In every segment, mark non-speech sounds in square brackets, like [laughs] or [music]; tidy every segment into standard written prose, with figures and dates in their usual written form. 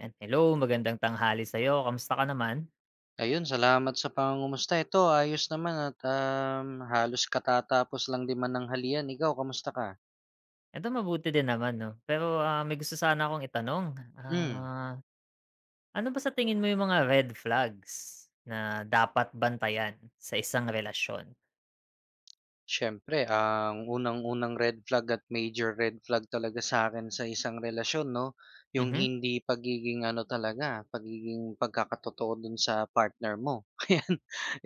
And hello, magandang tanghali sa'yo. Kamusta ka naman? Ayun, salamat sa pangungumusta. Ito, ayos naman at, halos katatapos lang din man ng halian. Ikaw, kamusta ka? Ito mabuti din naman 'no. Pero, may gusto sana akong itanong. Hmm. Ano ba sa tingin mo yung mga red flags na dapat bantayan sa isang relasyon? Siyempre ang unang-unang red flag at major red flag talaga sa akin sa isang relasyon 'no, yung Mhm, hindi pagiging ano talaga, pagiging pagkakatotoo dun sa partner mo. [laughs] Ayan,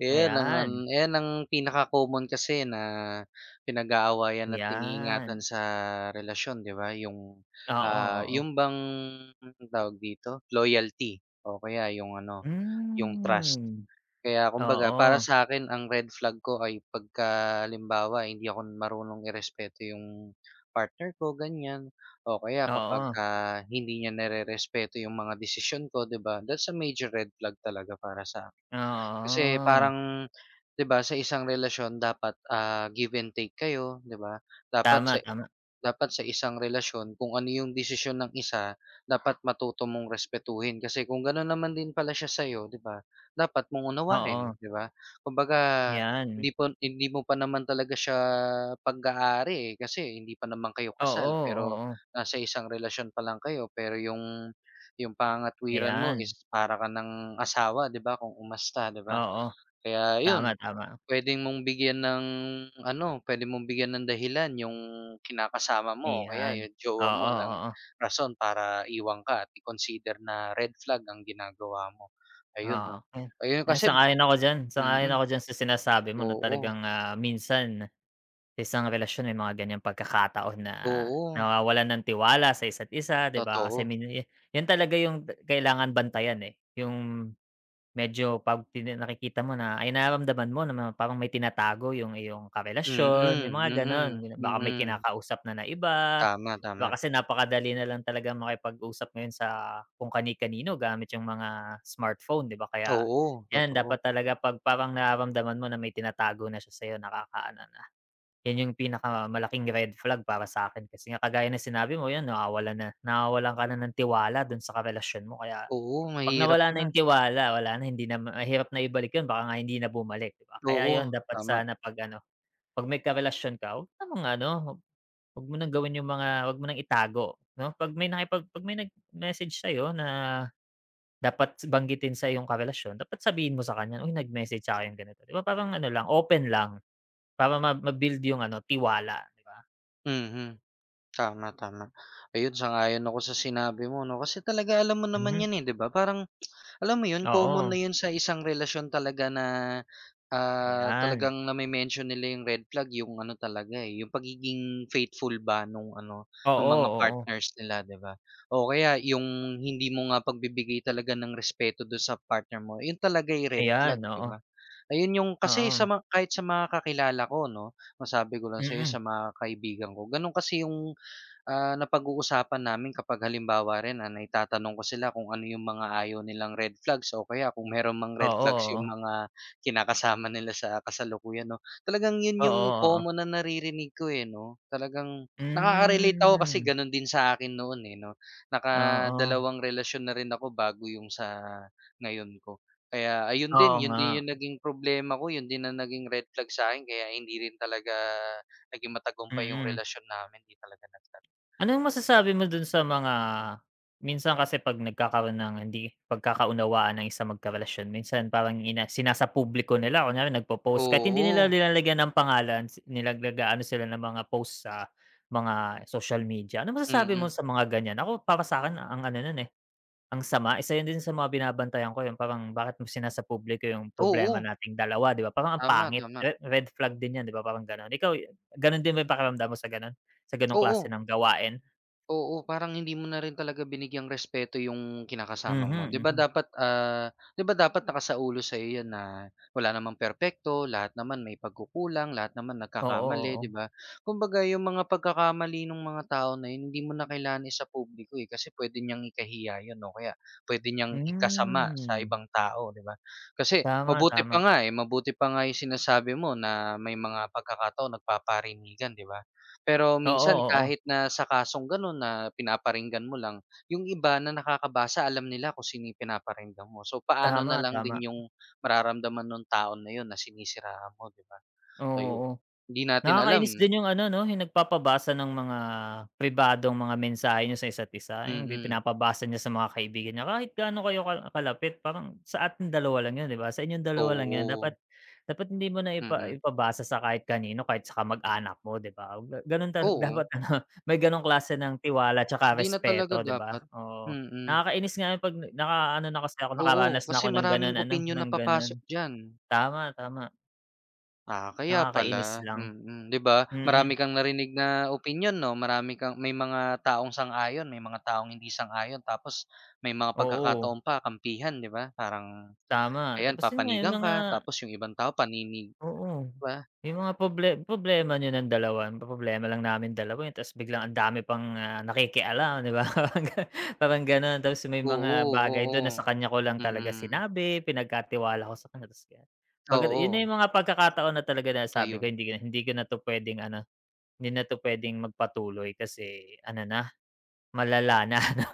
ayan ang ayan, pinaka-common kasi na pinag-aawayan at iniingatan 'yan. sa relasyon 'di ba, yung, Oo, ah, oo. yung bang anong tawag dito, loyalty o kaya yung ano, yung trust. Hmm, Kaya kumbaga para oo, sa akin ang red flag ko ay pagka halimbawa eh, hindi ako marunong irespeto yung partner ko ganyan, o kaya oo, kapagka hindi niya nere-respeto yung mga desisyon ko 'di ba, that's a major red flag talaga para sa'kin. Kasi oo. parang 'di ba sa isang relasyon dapat, give and take kayo 'di ba, dapat Tama, sa tama. dapat sa isang relasyon kung ano yung desisyon ng isa, dapat matuto mong respetuhin kasi kung gano'n naman din pala siya sa'yo 'di ba, dapat mong Oo, unawain 'di ba? Kumbaga 'yan. hindi mo pa naman talaga siya pag-aari, eh, kasi hindi pa naman kayo Oo, kasal pero oo. nasa isang relasyon pa lang kayo pero yung pangangatwiran mo is Ayan, para ka ng asawa 'di ba kung umasta 'di ba? oo. Kaya yun. Tama, tama. Puwede mong bigyan ng dahilan yung kinakasama mo o kaya Ayan. yung jowa Oo, mo ng oo, rason para iwan ka at i-consider na red flag ang ginagawa mo, ayun oo. 'no. Ayan, Ayun ayan kasi. Sang-ayon Mm, ako diyan sa sinasabi mo na oo, talagang, minsan sa isang relasyon may mga ganyang pagkakataon na oo, nawawalan ng tiwala sa isa't isa, 'di ba? Kasi totoo. 'Yan talaga yung kailangan bantayan, eh, yung medyo 'pag nakikita mo na ay nararamdaman mo na parang may tinatago yung iyong karelasyon, Mm, yung mga gano'n. mm, Yun, baka may mm. kinakausap na na iba, Tama, 'di tama. ba kasi napakadali na lang talaga makipag-usap ngayon sa kung kani-kanino gamit yung mga smartphone, 'di ba? Kaya Oo, 'yan, totoo. dapat talaga 'pag parang nararamdaman mo na may tinatago na siya sa'yo, nakakaano na, 'yan yung pinakamalaking red flag para sa akin. Kasi nga kagaya ng sinabi mo, 'yan nawawalan na nawawalan ka na ng tiwala do'n sa karelasyon mo kaya Oo, 'pag mahirap nawala na na. yung tiwala, wala na hindi na mahirap na ibalik yun baka nga hindi na bumalik, 'di ba? Kaya Oo, yun dapat tama. sana 'pag ano, 'pag may karelasyon ka, huwag namang ano, huwag mo nang gawin yung mga huwag mo nang itago 'no? 'Pag may nag-message sa'yo na dapat banggitin sa iyong karelasyon, dapat sabihin mo sa kanya, "Uy, nag-message sa'kin ganito." 'Di ba parang ano lang, open lang para ma ma-build yung ano, tiwala, 'di ba? Mhm, tama, tama. Ayun, sang-ayon ako sa sinabi mo 'no, kasi talaga alam mo naman Mhm, 'yan, eh, 'di ba? Parang alam mo 'yun, common oo, na 'yun sa isang relasyon talaga na, ayan. talagang name-mention nila yung red flag, yung ano talaga, eh, yung pagiging faithful ba nung ano, nung Oo, mga oo. partners nila, 'di ba? O kaya yung hindi mo nga pagbibigay talaga ng respeto do sa partner mo, yun talaga yung red flag, Ayan, 'di oo. ba? Ayun yung kasi sa Oo. mga kahit sa mga kakilala ko 'no, masabi ko lang sa'yo Mm. sa mga kaibigan ko, gano'n kasi yung napag-uusapan namin kapag halimbawa rin, naitatanong ko sila kung ano yung mga ayaw nilang red flags o kaya kung meron mang Oo, red flags yung oo. mga kinakasama nila sa kasalukuyan 'no. Talagang yun Oo, yung oo. common na naririnig ko, eh, 'no. Talagang nakaka-relate ako kasi Hmm, gano'n din sa akin noon, eh, 'no. oo. Nakadalawang relasyon na rin ako bago yung sa ngayon ko. Kaya ayun Oo din, yun nga, din yung naging problema ko, yun din ang naging red flag sa'kin kaya hindi rin talaga naging matagumpay yung mm. relasyon namin, hindi talaga Anong masasabi mo dun sa mga minsan kasi 'pag nagkakaroon ng hindi pagkakaunawaan ng isang magkarelasyon minsan parang sinasa publiko nila kunyari nagpo-post kahit hindi nila Oo, nilalagyan ng pangalan si nilag sila ng mga post sa mga social media. Ano masasabi mo mm. sa mga ganyan? Ako para sa'kin ang ano nun, eh. Ang sama, isa 'yun din sa mga binabantayan ko 'yung parang bakit mo sinasa publiko 'yung problema Oo, nating dalawa 'di ba, parang ang tama, pangit, tama. re red flag din 'yan 'di ba parang gano'n. Ikaw, gano'n din ba 'yung pakiramdam mo sa gano'n? Sa gano'ng klase Oo, ng gawain? Oo, parang hindi mo na rin talaga binigyang respeto yung kinakasama mo. Mhm, 'Di ba mhm. dapat, ah, 'di ba dapat nakasaulo sa'yo 'yan na wala namang perpekto, lahat naman may pagkukulang, lahat naman Oo, nagkakamali, 'di oo. ba? Kumbaga yung mga pagkakamali nung mga tao na yun, hindi mo na kailangan isa publiko eh, kasi puwede niyang ikahiya yun o kaya puwede niyang ikasama sa Hmm, ibang tao, 'di ba? Kasi tama, mabuti pa tama. nga, eh, mabuti pa nga yung sinasabi mo na may mga pagkakataon nagpaparinigan, 'di ba? Pero Oo, minsan oo. Oo. kahit na sa kasong gano'n na pinaparinggan mo lang, yung iba na nakakabasa alam nila kung sino yung pinaparinggan mo. So, paano na Tama, lang tama. din yung mararamdaman nung taon na yun na sinisiraan mo, 'di ba? Oo. Ayun, Oo. hindi natin alam. Nakakainis din yung ano 'no, yung nagpapabasa ng mga pribadong mga mensahe niyo sa isa't isa, yung bi Mm, pinapabasa niya sa mga kaibigan niya kahit gaano kayo ka kalapit parang sa atin dalawa lang 'yun, 'di ba? Sa inyong dalawa lang 'yun oo, dapat dapat hindi mo na ipa mm. ipabasa sa kahit kanino kahit sa kamag-anak mo, 'di ba? Gano'n [laughs] Oo, dapat ano, may gano'ng klase ng tiwala tsaka hindi na talaga respeto, 'di ba? dapat. Oo, Mm, nakakainis nga 'yun 'pag nakaano na kasi ako, oo, nakaranas na kasi ako ng maraming gano'n ano, opinyon na ng gano'n. papasok diyan. Tama, tama, Ah, kaya nakakainis pala, lang. mm. Mm. 'Di ba, marami Mm, kang narinig na opinyon 'no, marami kang may mga taong sang-ayon, may mga taong hindi sang-ayon, tapos may mga oo. pagkakataon pa kampihan 'di ba? Parang Tama, ayan tapos yun nga yung papanigan mga ka, tapos yung ibang tao oo, 'di ba? yung mga problema niyo ng dalawa, problema lang namin dalawa yun tapos biglang ang dami pang, nakikialam, 'di ba? [laughs] Parang parang gano'n tapos may mga Oo, bagay dun na sa oo. kanya ko lang talaga Mm, sinabi, pinagkatiwala ko sa kanya tapos pagka yun na oo, yung mga pagkakataon na talaga na sabi ko ayun. hindi ko na 'to puwedeng ano, hindi na 'to puwedeng magpatuloy kasi ano na, malala na [laughs] ano,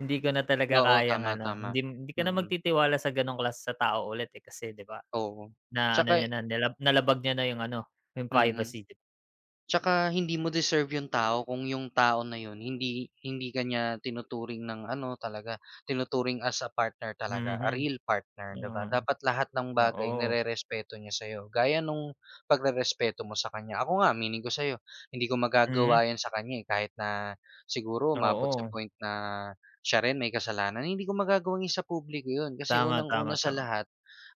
hindi ko na talaga Oo, kayang tama, ano, tama. hindi hindi ka na Mm, magtitiwala sa gano'ng klase sa tao ulit, eh, kasi 'di ba? oo. Na ano Tsaka niya na, nalabag niya na yung ano, yung mm. privacy, Tsaka hindi mo deserve yung tao kung yung tao na yun hindi hindi ka niya tinuturing ng ano talaga, tinuturing as a partner talaga, a mhm, real partner, 'di ba? mm, Dapat lahat ng bagay oo, nirerespeto niya sa'yo, gaya nung pagrerespeto mo sa kanya. Ako nga aminin ko sa'yo, hindi ko mm, magagawa yan sa kanya, eh, kahit na siguro umabot sa oo. point na siya rin may kasalanan, hindi ko magagawang sa publiko yun. Kasi Tama, unang-una tama, sa tama. lahat,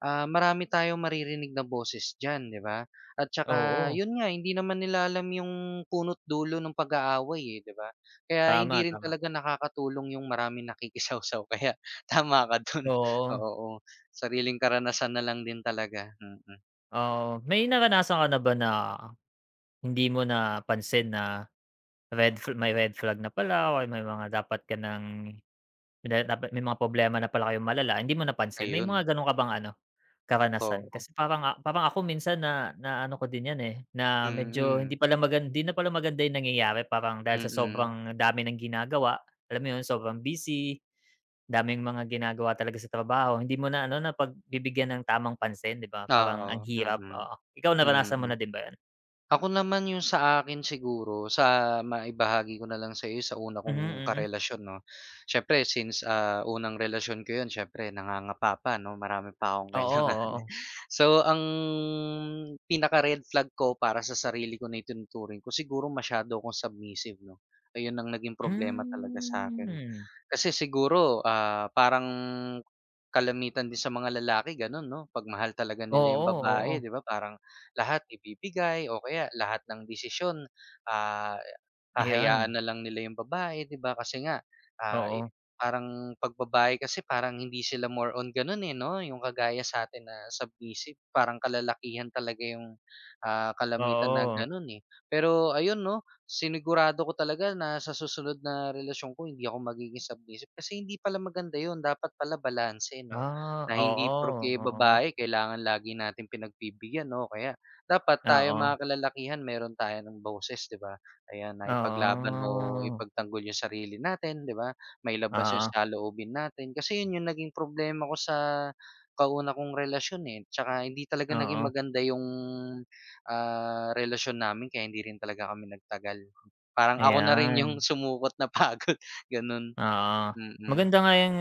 marami tayong maririnig na boses diyan, 'di ba? At saka Oo, yun nga, hindi naman nila alam yung puno't dulo ng pag-aaway, eh, 'di ba? Kaya tama, hindi rin tama. talaga nakakatulong yung maraming nakikisawsaw [laughs] kaya tama ka dun, [laughs] Oo, oo. Sariling karanasan na lang din talaga, mm. oo. May naranasan ka na ba na hindi mo napansin na red fla may red flag na pala or may mga dapat ka ng na dapat may mga problema na pala kayong malala, hindi mo napansin? May Ayun, mga gano'n ka bang ano karanasan oo, kasi parang, parang ako minsan na naano ko din 'yan, eh, na mm, medyo mm. Hindi na pala maganda yung nangyayari parang dahil sa sobrang dami ng ginagawa, alam mo 'yun, sobrang busy, daming mga ginagawa talaga sa trabaho, hindi mo na ano napagbibigyan ng tamang pansin 'di ba, parang ang Oo, hirap, mm, oo. Ikaw naranasan mo na mm. din ba yan? Ako naman yung sa akin siguro, sa maibahagi ko na lang sa iyo sa una kong Mhm, mm. karelasyon 'no. Siyempre since, unang relasyon ko 'yun siyempre nangangapa pa 'no, marami pa akong Oo, kailangan. oo. [laughs] So ang pinaka-red flag ko para sa sarili ko na itinuturing ko, siguro masyado akong submissive 'no. Ayun ang naging problema talaga sa akin. Hmm, Kasi siguro, parang kalamitan din sa mga lalaki gano'n 'no, 'pag mahal talaga nila yung oo, babae oo. 'di ba parang lahat ibibigay o kaya lahat ng desisyon, ah, Ayan, hahayaan na lang nila yung babae, 'di ba? Kasi nga, ah, i oo, parang 'pag kasi parang hindi sila more on gano'n, eh, 'no? Yung kagaya sa sa'tin na submissive, parang kalalakihan talaga yung, kalamitan na oo. gano'n, eh. Pero ayun 'no, sinigurado ko talaga na sa susunod na relasyon ko hindi ako magiging submissive kasi hindi pala maganda yun, dapat pala balanse 'no? Ah, Na hindi oo, porke oo nga, babae kailangan lagi natin pinagbibigyan o kaya dapat tayo oo. mga kalalakihan meron tayo ng boses, 'di ba? Ayan, na ipaglaban o Oo, ipagtanggol yung sarili natin, 'di ba? Mailabas yung oo, saloobin natin. Kasi yun yung naging problema ko sa kauna kong relasyon, eh, tsaka hindi talaga naging oo, maganda yung, relasyon namin kaya hindi rin talaga kami nagtagal. Parang ako na rin yung [laughs] ayan, sumukot na pagod, [laughs] ganun. oo. Mm. Maganda nga yang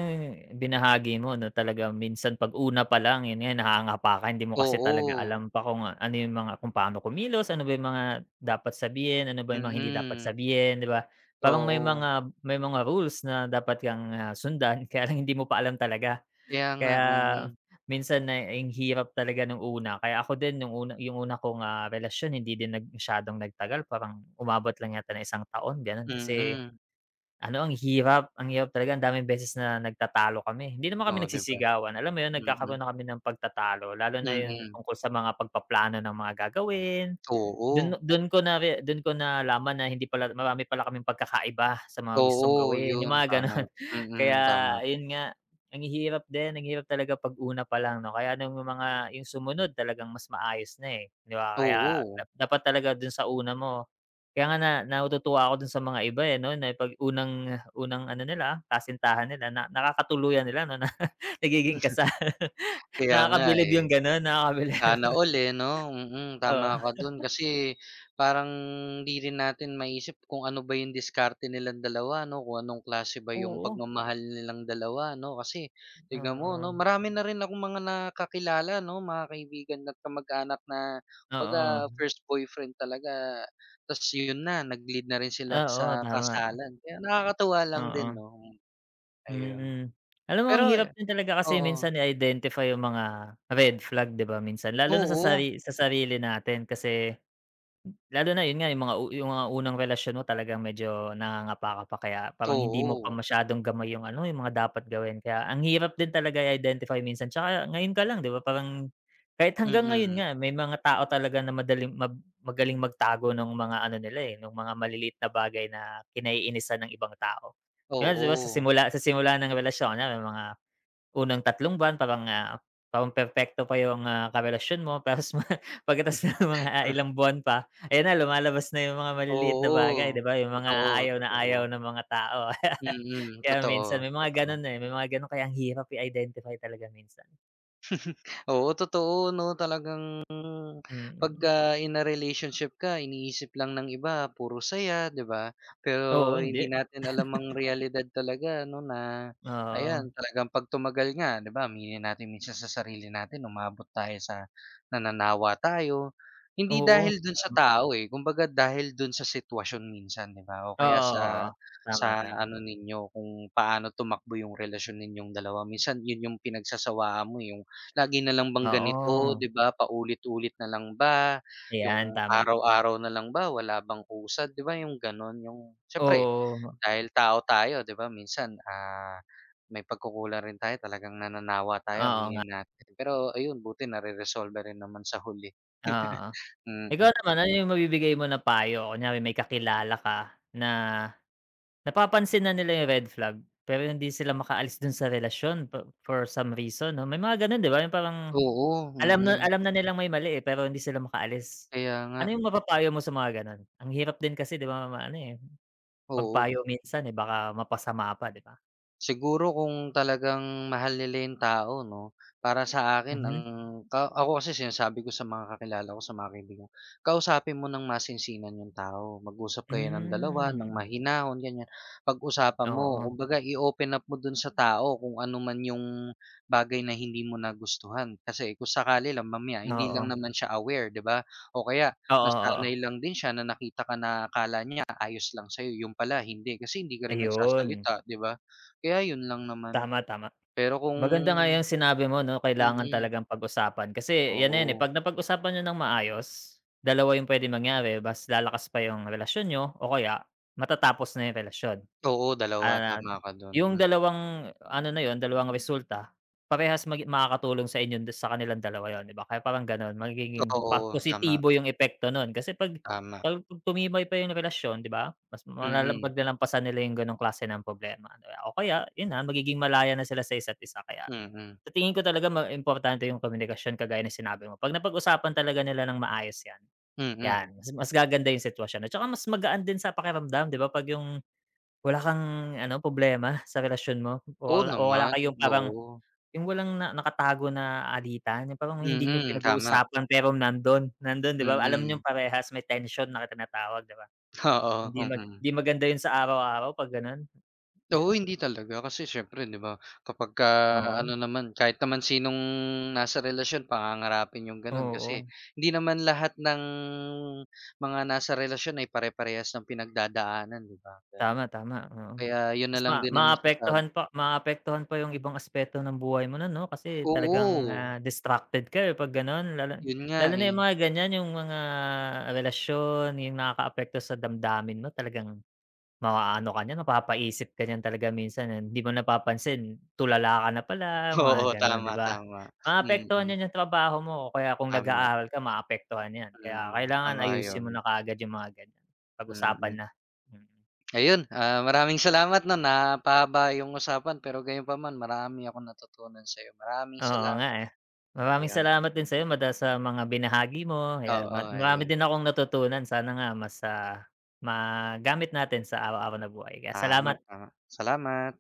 binahagi mo 'no, talaga minsan 'pag una pa lang, yun nga nahanga pa ka, hindi mo kasi talaga Oo. alam pa kung ano yung mga kung paano kumilos, ano ba yung mga dapat sabihin, ano ba yung mga hindi dapat Mm. sabihin, 'di ba? Parang may Oo. mga may mga rules na dapat kang, sundan [laughs] kaya lang hindi mo pa alam talaga. Kaya nga, Kaya mm. minsan na ang hirap talaga nung una, kaya ako din nung una yung una kong, relasyon hindi din nag masyadong nagtagal parang umabot lang yata ng isang taon gano'n kasi Mm. ano ang hirap talaga ang daming beses na nagtatalo kami. Hindi naman kami Oh, 'di ba? nagsisigawan, alam mo 'yun Mm. nagkakaroon na kami ng pagtatalo lalo na yung Mm. tungkol sa mga pagpaplano ng mga gagawin. Oo. Dun dun ko nare Dun ko nalaman na hindi pala marami pala kaming pagkakaiba sa mga Oo, gustong gawin, yung 'yun mga tama. gano'n. [laughs] Kaya Mm, tama. ayun nga, ang hirap din, ang hirap talaga 'pag una pa lang 'no, kaya nung mga yung sumunod talagang mas maayos na, eh, 'di ba? Kaya da Oo. dapat talaga dun sa una mo kaya nga na natutuwa ako dun sa mga iba, eh, 'no, na 'pag unang unang ano nila, kasintahan nila na nakakatuluyan nila 'no, [laughs] na nagiging kasal. [laughs] Kaya nga, Nakakabilib yung eh. gano'n, nakakabilib, [laughs] Sana all, eh, 'no? Mm, tama oo. ka dun kasi parang hindi rin natin maisip kung ano ba yung diskarte nilang dalawa 'no, kung anong klase ba yung Oo, pagmamahal nilang dalawa 'no? Kasi tignan mo 'no, marami na rin akong mga nakakilala 'no, mga kaibigan at kamag-anak na oo, kumbaga oo. first boyfriend talaga ta's yun na, nag-lead na rin sila Oo, sa tama, kasalan. Kaya nakakatuwa lang din oo, 'no, hmm, ayun. mm. Alam mo ang Pero hirap eh, din talaga kasi oo, minsan i-identify yung mga red flag 'di ba minsan lalo na sa oo, sari sa sarili natin kasi lalo na yun nga, yung mga u yung mga unang relasyon mo talagang medyo nangangapa ka pa kaya parang hindi mo pa oo, masyadong gamay yung ano, yung mga dapat gawin kaya ang hirap din talaga i-identify minsan tsaka ngayon ka lang 'di ba parang kahit hanggang ngayon mm, nga may mga tao talaga na madaling mab magaling magtago ng mga ano nila, eh, nung mga maliliit na bagay na kinaiinisan ng ibang tao. Yun 'di ba sa oo. simula sa simula ng relasyon kunyari may mga unang 3 buwan parang, parang perpekto pa yung, karelasyon mo [laughs] tapos pagkatapos ng mga [laughs] Ah, ilang buwan pa, ayan na lumalabas na yung mga maliliit na bagay 'di Oo, ba, yung mga totoo, ayaw na totoo. ayaw ng mga tao. [laughs] Mm, Kaya totoo, minsan may mga totoo. gano'n, eh, may mga gano'n kaya ang hirap i-identify talaga minsan. Oo, totoo 'no, talagang Mm. pagka in a relationship ka iniisip lang ng iba puro saya, 'di ba? Oo, Pero hindi hindi. natin alam ang realidad talaga no na Oo. ayan, talagang 'pag tumagal nga, 'di ba, aminin natin minsan sa sarili natin umabot tayo sa nananawa tayo. Hindi Oo, dahil dun sa tama. tao, eh, kumbaga dahil dun sa sitwasyon minsan, 'di ba? O kaya Oo, oo. sa Tama, sa tama. ano ninyo kung paano tumakbo yung relasyon ninyong dalawa minsan yun yung pinagsasawaan mo, eh, yung lagi na lang bang ganito, Oo, 'di ba, paulit-ulit na lang ba, ayan yung tama. araw-araw na lang ba, wala bang usad, 'di ba, yung gano'n, yung siyempre Oo, dahil tao tayo, 'di ba, minsan, may pagkukulang rin tayo talagang nananawa tayo oo nga, aminin natin. Pero ayun buti nareresolba rin naman sa huli, oo. mm. Ikaw naman, ano yung mabibigay mo na payo kunyari may kakilala ka na napapansin na nila yung red flag, pero hindi sila makaalis dun sa relasyon for some reason 'no? May mga ganun 'di ba, yung parang Oo, mm, alam na nilang may mali, eh, pero hindi sila makaalis. kaya nga, Ano yung mapapayo mo sa mga gano'n? Ang hirap din kasi 'di ba ano, eh, oo. magpayo minsan, eh, baka mapasama pa 'di ba? Siguro kung talagang mahal nila yung tao 'no, para sa akin ang Mhm. Ako kasi sinasabi ko sa mga kakilala ko, sa mga kaibigan, kausapin mo ng masinsinan yung tao, mag-usap kayo ng dalawa ng Hmm, mahinahon ganyan, pag-usapan mo oo, kumbaga i-open up mo dun sa tao kung ano man yung bagay na hindi mo nagustuhan kasi kung sakali lang mamaya hindi lang oo, naman siya aware 'di ba, o kaya oo, oo, nasanay lang din siya na nakita ka na akala niya ayos lang sa'yo yung pala hindi kasi hindi ka rin ayun, nagsasalita 'di ba? Kaya yun lang naman. tama, tama. Pero kung. Maganda nga yung sinabi mo 'no, kailangan Mm, talagang pag-usapan kasi yan na yan, eh, oo. 'pag napag-usapan niyo ng maayos, dalawa yung puwedeng mangyari mas lalakas pa yung relasyon niyo o kaya matatapos na yung relasyon. Oo, dalawa Ah, tama ka dun. yung Hmm, dalawang ano na yun, dalawang resulta parehas magi makakatulong sa inyo sa kanilang dalawa yun, 'di ba? Kaya parang gano'n magiging pa oo, tama, positibo yung epekto nun kasi tama. 'pag tumibay pa yung relasyon, 'di ba, mas malalam Mm, paglalampasan nila yung gano'ng klase ng problema. Di ba? O kaya yun na magiging malaya na sila sa isa't isa kaya mm, sa tingin ko talaga ma importante yung komunikasyon kagaya ng sinabi mo. 'Pag napag-usapan talaga nila ng maayos 'yan, 'yan mm. mas mas gaganda yung sitwasyon at saka mas magaan din sa pakiramdam 'di ba 'pag yung wala kang ano problema [laughs] sa relasyon mo Oo o wala naman, kayong parang oo. yung walang na nakatago na alitan, yung parang hindi niyo Mm, tama. pinag-uusapan pero nandun nandun 'di ba? Alam Mm, niyong parehas may tension na tinatawag 'di ba? Mm. Hindi maganda yun sa araw-araw 'pag gano'n. Oo, hindi talaga kasi siyempre 'di ba kapagka Oo, ano naman kahit naman sinong nasa relasyon pangangarapin yung ganon kasi oo. hindi naman lahat ng mga nasa relasyon ay pare-parehas ng pinagdadaanan 'di ba? Tama, tama, oo. Kaya yun Mas na lang din ang masasabi. Maapektuhan pa yung ibang aspeto ng buhay mo nun 'no, kasi talagang, Oo, distracted ka, eh, 'pag gano'n lalo yun nga, lalo na eh. yung mga ganyan, yung mga relasyon, yung nakakaapekto sa damdamin mo talagang maaano ka niyan, mapapaisip ka niyan talaga minsan, eh, hindi mo napapansin tulala ka na pala, [laughs] mga Oo, gano'n, 'di tama, ba? tama. Maapektuhan Mm, niyan yung trabaho mo o kaya kung tama, nag-aaral ka maapektuhan 'yan, kaya mm, kailangan ayusin sang-ayon, mo na kaagad yung mga ganyan, pag-usapan mm. na. Mm. Ayun, maraming salamat 'no, napahaba yung usapan pero gayunpaman marami akong natutunan sa'yo. Maraming Oo nga, salamat, eh. Maraming ayun. salamat din sa'yo sa mga binahagi mo, ayan. Oo, Marami ayun. din akong natutunan. Sana nga mas, magamit natin sa araw-araw na buhay. Kaya Tama, salamat. tama. Salamat.